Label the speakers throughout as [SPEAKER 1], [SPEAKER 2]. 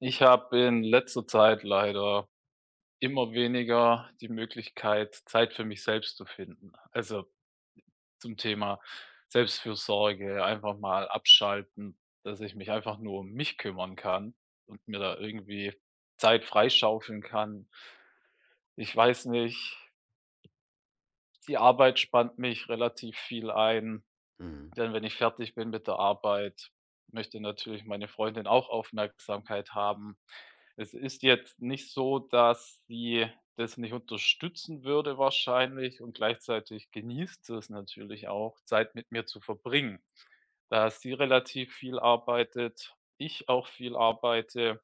[SPEAKER 1] Ich habe in letzter Zeit leider immer weniger die Möglichkeit, Zeit für mich selbst zu finden. Also zum Thema Selbstfürsorge, einfach mal abschalten, dass ich mich einfach nur um mich kümmern kann und mir da irgendwie Zeit freischaufeln kann. Ich weiß nicht, die Arbeit spannt mich relativ viel ein.
[SPEAKER 2] Mhm,
[SPEAKER 1] Denn wenn ich fertig bin mit der Arbeit, möchte natürlich meine Freundin auch Aufmerksamkeit haben. Es ist jetzt nicht so, dass sie das nicht unterstützen würde wahrscheinlich, und gleichzeitig genießt sie es natürlich auch, Zeit mit mir zu verbringen. Da sie relativ viel arbeitet, ich auch viel arbeite,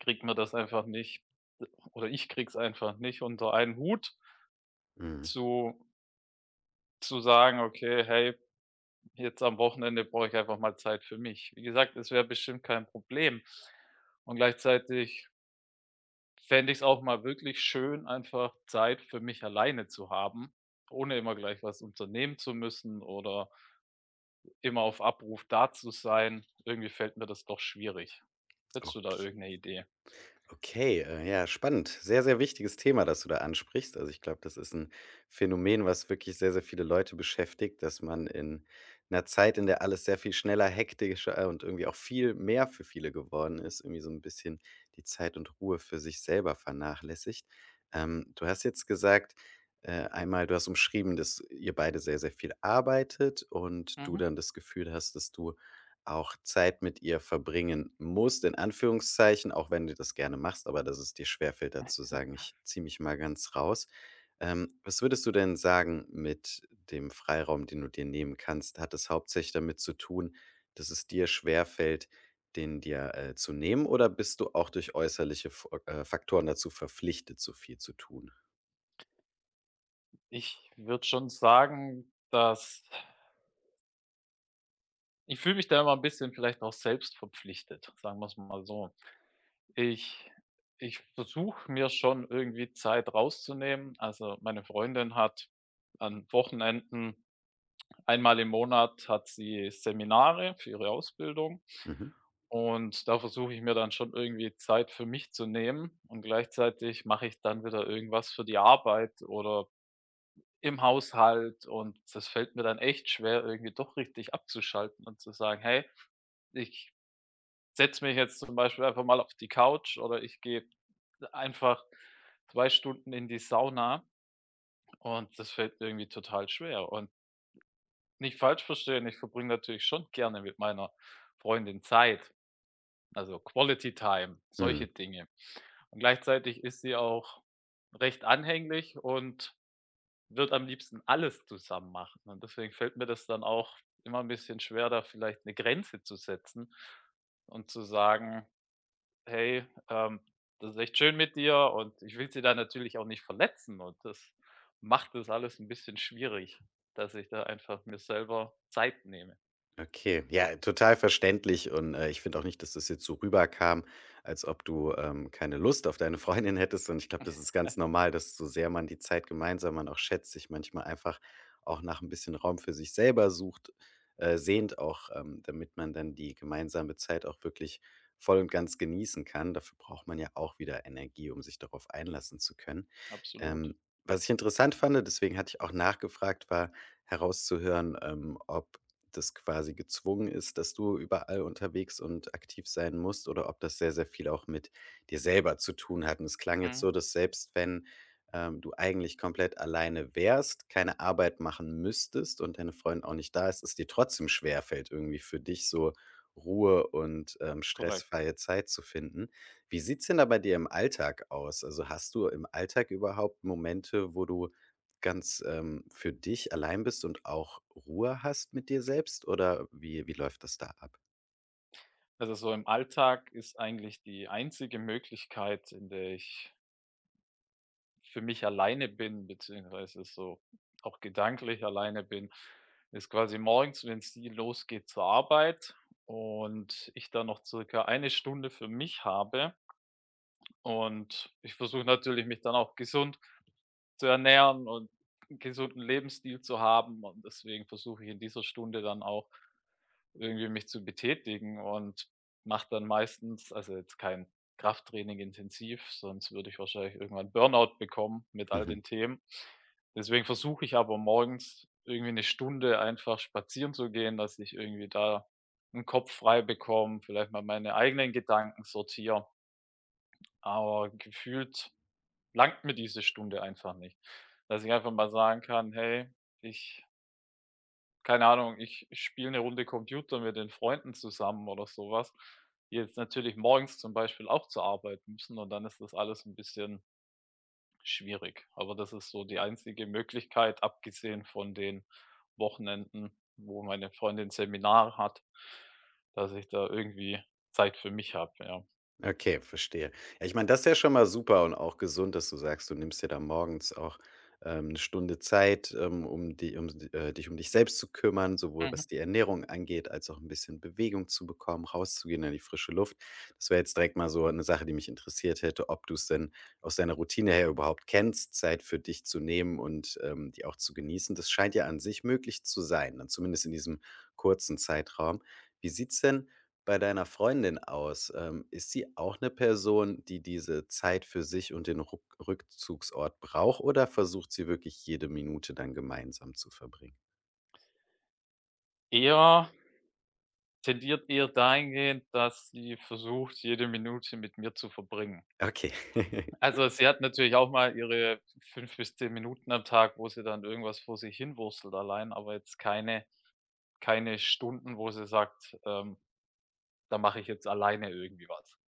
[SPEAKER 1] kriegt mir das einfach nicht, oder ich kriege es einfach nicht unter einen Hut,
[SPEAKER 2] mhm.
[SPEAKER 1] zu zu sagen: „Okay, hey, jetzt am Wochenende brauche ich einfach mal Zeit für mich." Wie gesagt, es wäre bestimmt kein Problem. Und gleichzeitig fände ich es auch mal wirklich schön, einfach Zeit für mich alleine zu haben, ohne immer gleich was unternehmen zu müssen oder immer auf Abruf da zu sein. Irgendwie fällt mir das doch schwierig. Hättest du da
[SPEAKER 2] Okay.
[SPEAKER 1] irgendeine Idee?
[SPEAKER 2] Okay, ja, spannend. Sehr, sehr wichtiges Thema, das du da ansprichst. Also ich glaube, das ist ein Phänomen, was wirklich sehr, sehr viele Leute beschäftigt, dass man in einer Zeit, in der alles sehr viel schneller, hektischer und irgendwie auch viel mehr für viele geworden ist, irgendwie so ein bisschen die Zeit und Ruhe für sich selber vernachlässigt. Du hast jetzt gesagt, einmal du hast umschrieben, dass ihr beide sehr, sehr viel arbeitet und du
[SPEAKER 1] Mhm.
[SPEAKER 2] dann das Gefühl hast, dass du auch Zeit mit ihr verbringen musst, in Anführungszeichen, auch wenn du das gerne machst, aber dass es dir schwerfällt, dazu sagen: „Ich ziehe mich mal ganz raus.“ Was würdest du denn sagen mit dem Freiraum, den du dir nehmen kannst? Hat es hauptsächlich damit zu tun, dass es dir schwerfällt, den dir, zu nehmen, oder bist du auch durch äußerliche Fu Faktoren dazu verpflichtet, so viel zu tun?
[SPEAKER 1] Ich würde schon sagen, dass ich fühle mich da immer ein bisschen vielleicht auch selbst verpflichtet sagen wir es mal so. Ich ich versuche mir schon irgendwie Zeit rauszunehmen. Also, meine Freundin hat an Wochenenden einmal im Monat hat sie Seminare für ihre Ausbildung,
[SPEAKER 2] Mhm.
[SPEAKER 1] und da versuche ich mir dann schon irgendwie Zeit für mich zu nehmen, und gleichzeitig mache ich dann wieder irgendwas für die Arbeit oder im Haushalt, und das fällt mir dann echt schwer, irgendwie doch richtig abzuschalten und zu sagen: „Hey, ich setze mich jetzt zum Beispiel einfach mal auf die Couch, oder ich gehe einfach 2 Stunden in die Sauna", und das fällt mir irgendwie total schwer. Und nicht falsch verstehen, ich verbringe natürlich schon gerne mit meiner Freundin Zeit, also Quality Time,
[SPEAKER 2] Mhm.
[SPEAKER 1] solche Dinge. Und gleichzeitig ist sie auch recht anhänglich und wird am liebsten alles zusammen machen. Und deswegen fällt mir das dann auch immer ein bisschen schwer, da vielleicht eine Grenze zu setzen und zu sagen: „Hey, das ist echt schön mit dir", und ich will sie da natürlich auch nicht verletzen, und das macht das alles ein bisschen schwierig, dass ich da einfach mir selber Zeit nehme.
[SPEAKER 2] Okay, ja, total verständlich und, ich finde auch nicht, dass das jetzt so rüberkam, als ob du, keine Lust auf deine Freundin hättest und ich glaube, das ist ganz normal, dass so sehr man die Zeit gemeinsam man auch schätzt, sich manchmal einfach auch nach ein bisschen Raum für sich selber sucht, sehnt auch, damit man dann die gemeinsame Zeit auch wirklich voll und ganz genießen kann. Dafür braucht man ja auch wieder Energie, um sich darauf einlassen zu können.
[SPEAKER 1] Absolut.
[SPEAKER 2] Ähm, was ich interessant fand, deswegen hatte ich auch nachgefragt, war herauszuhören, ob das quasi gezwungen ist, dass du überall unterwegs und aktiv sein musst oder ob das sehr, sehr viel auch mit dir selber zu tun hat. Und es klang jetzt
[SPEAKER 1] Mhm.
[SPEAKER 2] so, dass selbst wenn du eigentlich komplett alleine wärst, keine Arbeit machen müsstest und deine Freundin auch nicht da ist, es dir trotzdem schwerfällt, irgendwie für dich so Ruhe und
[SPEAKER 1] Korrekt.
[SPEAKER 2] stressfreie Zeit zu finden. Wie sieht's denn da bei dir im Alltag aus? Also hast du im Alltag überhaupt Momente, wo du ganz, für dich allein bist und auch Ruhe hast mit dir selbst oder wie läuft das da ab?
[SPEAKER 1] Also, so im Alltag ist eigentlich die einzige Möglichkeit, in der ich für mich alleine bin, beziehungsweise so auch gedanklich alleine bin, ist quasi morgens, wenn es die losgeht zur Arbeit und ich dann noch circa eine Stunde für mich habe. Und ich versuche natürlich, mich dann auch gesund zu ernähren und 'n gesunden Lebensstil zu haben, und deswegen versuche ich in dieser Stunde dann auch irgendwie mich zu betätigen und mache dann meistens, also jetzt kein Krafttraining intensiv, sonst würde ich wahrscheinlich irgendwann Burnout bekommen mit all den Themen. Deswegen versuche ich aber morgens irgendwie eine Stunde einfach spazieren zu gehen, dass ich irgendwie da einen Kopf frei bekomme, vielleicht mal meine eigenen Gedanken sortiere. Aber gefühlt langt mir diese Stunde einfach nicht. Dass ich einfach mal sagen kann: „Hey, ich, keine Ahnung, ich spiele eine Runde Computer mit den Freunden zusammen" oder sowas. Die jetzt natürlich morgens zum Beispiel auch zur Arbeit müssen, und dann ist das alles ein bisschen schwierig. Aber das ist so die einzige Möglichkeit, abgesehen von den Wochenenden, wo meine Freundin Seminar hat, dass ich da irgendwie Zeit für mich habe, ja.
[SPEAKER 2] Okay, verstehe. Ja, ich meine, das ist ja schon mal super und auch gesund, dass du sagst, du nimmst dir da morgens auch 'ne Stunde Zeit, um di um d dich um dich selbst zu kümmern, sowohl
[SPEAKER 1] Mhm.
[SPEAKER 2] was die Ernährung angeht, als auch ein bisschen Bewegung zu bekommen, rauszugehen in die frische Luft. Das wäre jetzt direkt mal so eine Sache, die mich interessiert hätte, ob du es denn aus deiner Routine her überhaupt kennst, Zeit für dich zu nehmen und, die auch zu genießen. Das scheint ja an sich möglich zu sein, dann zumindest in diesem kurzen Zeitraum. Wie sieht's denn bei deiner Freundin aus? Ist sie auch eine Person, die diese Zeit für sich und den Ruck Rückzugsort braucht oder versucht sie wirklich jede Minute dann gemeinsam zu verbringen?
[SPEAKER 1] Eher tendiert eher dahingehend, dass sie versucht, jede Minute mit mir zu verbringen.
[SPEAKER 2] Okay.
[SPEAKER 1] Also, sie hat natürlich auch mal ihre 5 bis 10 Minuten am Tag, wo sie dann irgendwas vor sich hinwurstelt allein, aber jetzt keine Stunden, wo sie sagt: „Da mache ich jetzt alleine irgendwie was."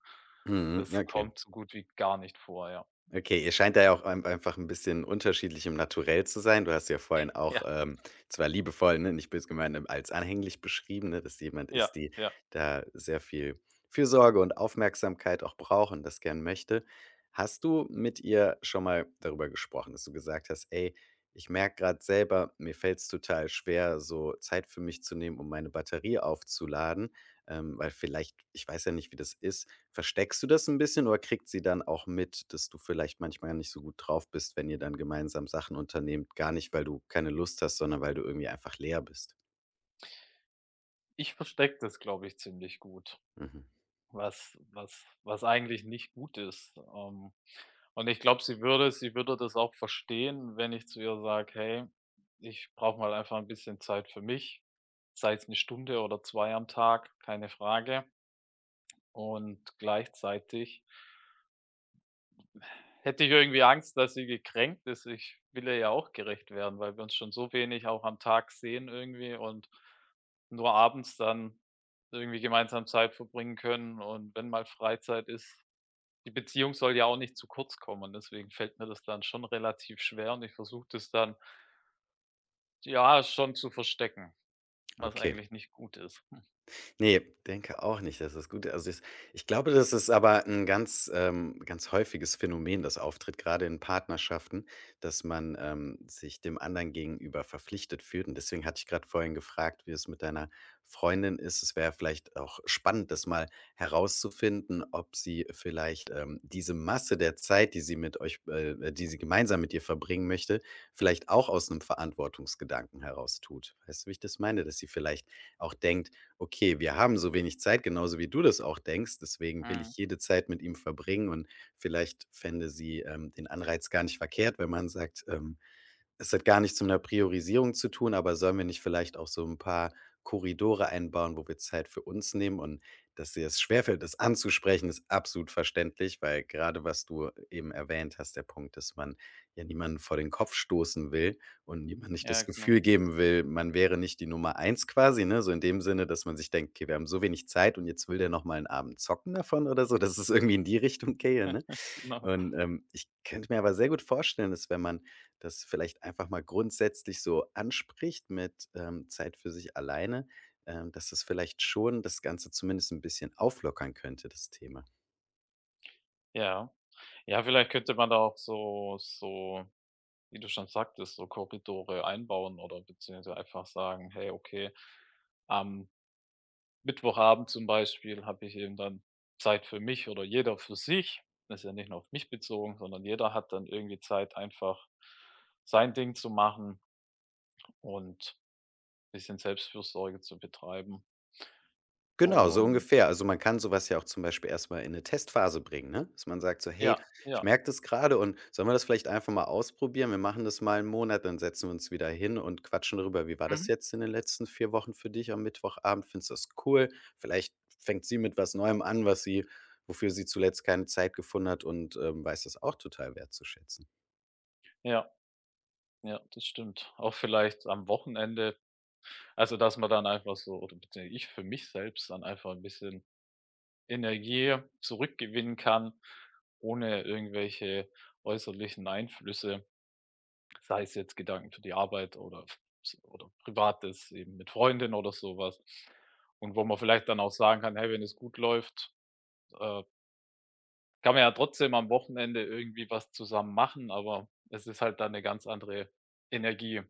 [SPEAKER 2] Mhm,
[SPEAKER 1] Das
[SPEAKER 2] okay.
[SPEAKER 1] kommt so gut wie gar nicht vor, ja.
[SPEAKER 2] Okay, ihr scheint da ja auch ein einfach ein bisschen unterschiedlich im Naturell zu sein. Du hast ja vorhin auch,
[SPEAKER 1] Ja,
[SPEAKER 2] zwar liebevoll, ne, nicht böse gemeint, als anhänglich beschrieben, ne, dass jemand
[SPEAKER 1] ja,
[SPEAKER 2] ist, die
[SPEAKER 1] ja.
[SPEAKER 2] da sehr viel Fürsorge und Aufmerksamkeit auch braucht und das gern möchte. Hast du mit ihr schon mal darüber gesprochen, dass du gesagt hast: „Ey, ich merke gerade selber, mir fällt's total schwer, so Zeit für mich zu nehmen, um meine Batterie aufzuladen, weil vielleicht“ ich weiß ja nicht, wie das ist. Versteckst du das ein bisschen oder kriegt sie dann auch mit, dass du vielleicht manchmal nicht so gut drauf bist, wenn ihr dann gemeinsam Sachen unternehmt? Gar nicht, weil du keine Lust hast, sondern weil du irgendwie einfach leer bist?
[SPEAKER 1] Ich verstecke das, glaube ich, ziemlich gut.
[SPEAKER 2] Mhm,
[SPEAKER 1] Was eigentlich nicht gut ist. Und ich glaube, sie würde das auch verstehen, wenn ich zu ihr sage: „Hey, ich brauche mal einfach ein bisschen Zeit für mich." Sei es eine Stunde oder 2 am Tag, keine Frage. Und gleichzeitig hätte ich irgendwie Angst, dass sie gekränkt ist. Ich will ihr ja auch gerecht werden, weil wir uns schon so wenig auch am Tag sehen irgendwie und nur abends dann irgendwie gemeinsam Zeit verbringen können, und wenn mal Freizeit ist, die Beziehung soll ja auch nicht zu kurz kommen, deswegen fällt mir das dann schon relativ schwer, und ich versuche das dann, ja, schon zu verstecken, was
[SPEAKER 2] okay.
[SPEAKER 1] eigentlich nicht gut ist.
[SPEAKER 2] Ne, denke auch nicht, dass das gut ist. Also, das ich glaube, das ist aber ein ganz häufiges Phänomen, das auftritt, gerade in Partnerschaften, dass man, sich dem anderen gegenüber verpflichtet fühlt. Und deswegen hatte ich gerade vorhin gefragt, wie es mit deiner Freundin ist. Es wäre vielleicht auch spannend, das mal herauszufinden, ob sie vielleicht, diese Masse der Zeit, die sie mit euch die sie gemeinsam mit dir verbringen möchte, vielleicht auch aus einem Verantwortungsgedanken heraus tut. Weißt du, wie ich das meine? Dass sie vielleicht auch denkt: Okay, wir haben so wenig Zeit, genauso wie du das auch denkst. Deswegen will
[SPEAKER 1] Mhm.
[SPEAKER 2] ich jede Zeit mit ihm verbringen und vielleicht fände sie den Anreiz gar nicht verkehrt, wenn man sagt, es hat gar nichts mit einer Priorisierung zu tun, aber sollen wir nicht vielleicht auch so ein paar Korridore einbauen, wo wir Zeit für uns nehmen. Und dass dir es schwerfällt, das anzusprechen, ist absolut verständlich, weil gerade was du eben erwähnt hast, der Punkt, dass man ja niemanden vor den Kopf stoßen will und niemand nicht
[SPEAKER 1] Ja,
[SPEAKER 2] das Gefühl
[SPEAKER 1] genau,
[SPEAKER 2] geben will, man wäre nicht die Nummer eins quasi, ne? So in dem Sinne, dass man sich denkt: „Okay, wir haben so wenig Zeit und jetzt will der noch mal einen Abend zocken davon“ oder so, dass es irgendwie in die Richtung gehe, ne?
[SPEAKER 1] genau.
[SPEAKER 2] Und, ich könnte mir aber sehr gut vorstellen, dass wenn man das vielleicht einfach mal grundsätzlich so anspricht mit, Zeit für sich alleine, dass das vielleicht schon das Ganze zumindest ein bisschen auflockern könnte, das Thema.
[SPEAKER 1] Ja. Ja, vielleicht könnte man da auch so, wie du schon sagtest, so Korridore einbauen oder beziehungsweise einfach sagen: „Hey, okay, am Mittwochabend zum Beispiel habe ich eben dann Zeit für mich oder jeder für sich." Das ist ja nicht nur auf mich bezogen, sondern jeder hat dann irgendwie Zeit, einfach sein Ding zu machen. Und bisschen Selbstfürsorge zu betreiben.
[SPEAKER 2] Genau, so
[SPEAKER 1] Und
[SPEAKER 2] ungefähr. Also, man kann sowas ja auch zum Beispiel erstmal in eine Testphase bringen, ne? Dass man sagt so: „Hey,
[SPEAKER 1] ja,
[SPEAKER 2] ich
[SPEAKER 1] ja.
[SPEAKER 2] merke das gerade und sollen wir das vielleicht einfach mal ausprobieren? Wir machen das mal einen Monat, dann setzen wir uns wieder hin und quatschen darüber. Wie war das
[SPEAKER 1] Mhm.
[SPEAKER 2] jetzt in den letzten 4 Wochen für dich am Mittwochabend? Findest du das cool?“ Vielleicht fängt sie mit was Neuem an, was sie wofür sie zuletzt keine Zeit gefunden hat und, weiß das auch total wertzuschätzen.
[SPEAKER 1] Ja, ja, das stimmt. Auch vielleicht am Wochenende, also, dass man dann einfach so, oder beziehungsweise ich für mich selbst, dann einfach ein bisschen Energie zurückgewinnen kann, ohne irgendwelche äußerlichen Einflüsse, sei es jetzt Gedanken für die Arbeit oder Privates eben mit Freundin oder sowas. Und wo man vielleicht dann auch sagen kann: „Hey, wenn es gut läuft, äh“ kann man ja trotzdem am Wochenende irgendwie was zusammen machen, aber es ist halt dann eine ganz andere Energie,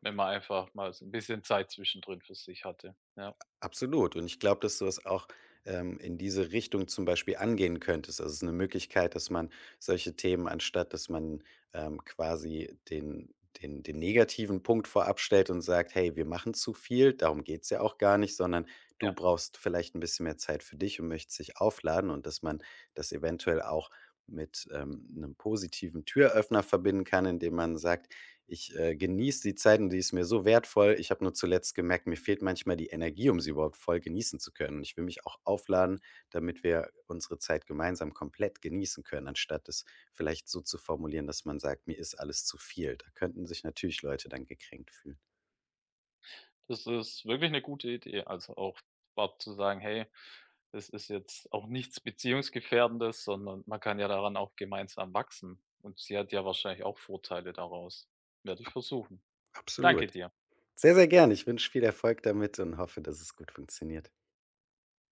[SPEAKER 1] wenn man einfach mal so 'n bisschen Zeit zwischendrin für sich hatte. Ja,
[SPEAKER 2] Absolut. Und ich glaube, dass du es auch in diese Richtung zum Beispiel angehen könntest. Also es ist eine Möglichkeit, dass man solche Themen, anstatt dass man quasi den negativen Punkt vorab stellt und sagt, hey, wir machen zu viel, darum geht es ja auch gar nicht, sondern du
[SPEAKER 1] ja.
[SPEAKER 2] brauchst vielleicht ein bisschen mehr Zeit für dich und möchtest dich aufladen und dass man das eventuell auch mit einem positiven Türöffner verbinden kann, indem man sagt, ich, genieße die Zeit und die ist mir so wertvoll. Ich habe nur zuletzt gemerkt, mir fehlt manchmal die Energie, um sie überhaupt voll genießen zu können. Und ich will mich auch aufladen, damit wir unsere Zeit gemeinsam komplett genießen können, anstatt es vielleicht so zu formulieren, dass man sagt: „Mir ist alles zu viel.“ Da könnten sich natürlich Leute dann gekränkt fühlen.
[SPEAKER 1] Das ist wirklich eine gute Idee. Also, auch überhaupt zu sagen: „Hey, das ist jetzt auch nichts Beziehungsgefährdendes, sondern man kann ja daran auch gemeinsam wachsen." Und sie hat ja wahrscheinlich auch Vorteile daraus. Werde ich versuchen. Danke
[SPEAKER 2] Absolut.
[SPEAKER 1] dir.
[SPEAKER 2] Sehr, sehr gerne. Ich wünsche viel Erfolg damit und hoffe, dass es gut funktioniert.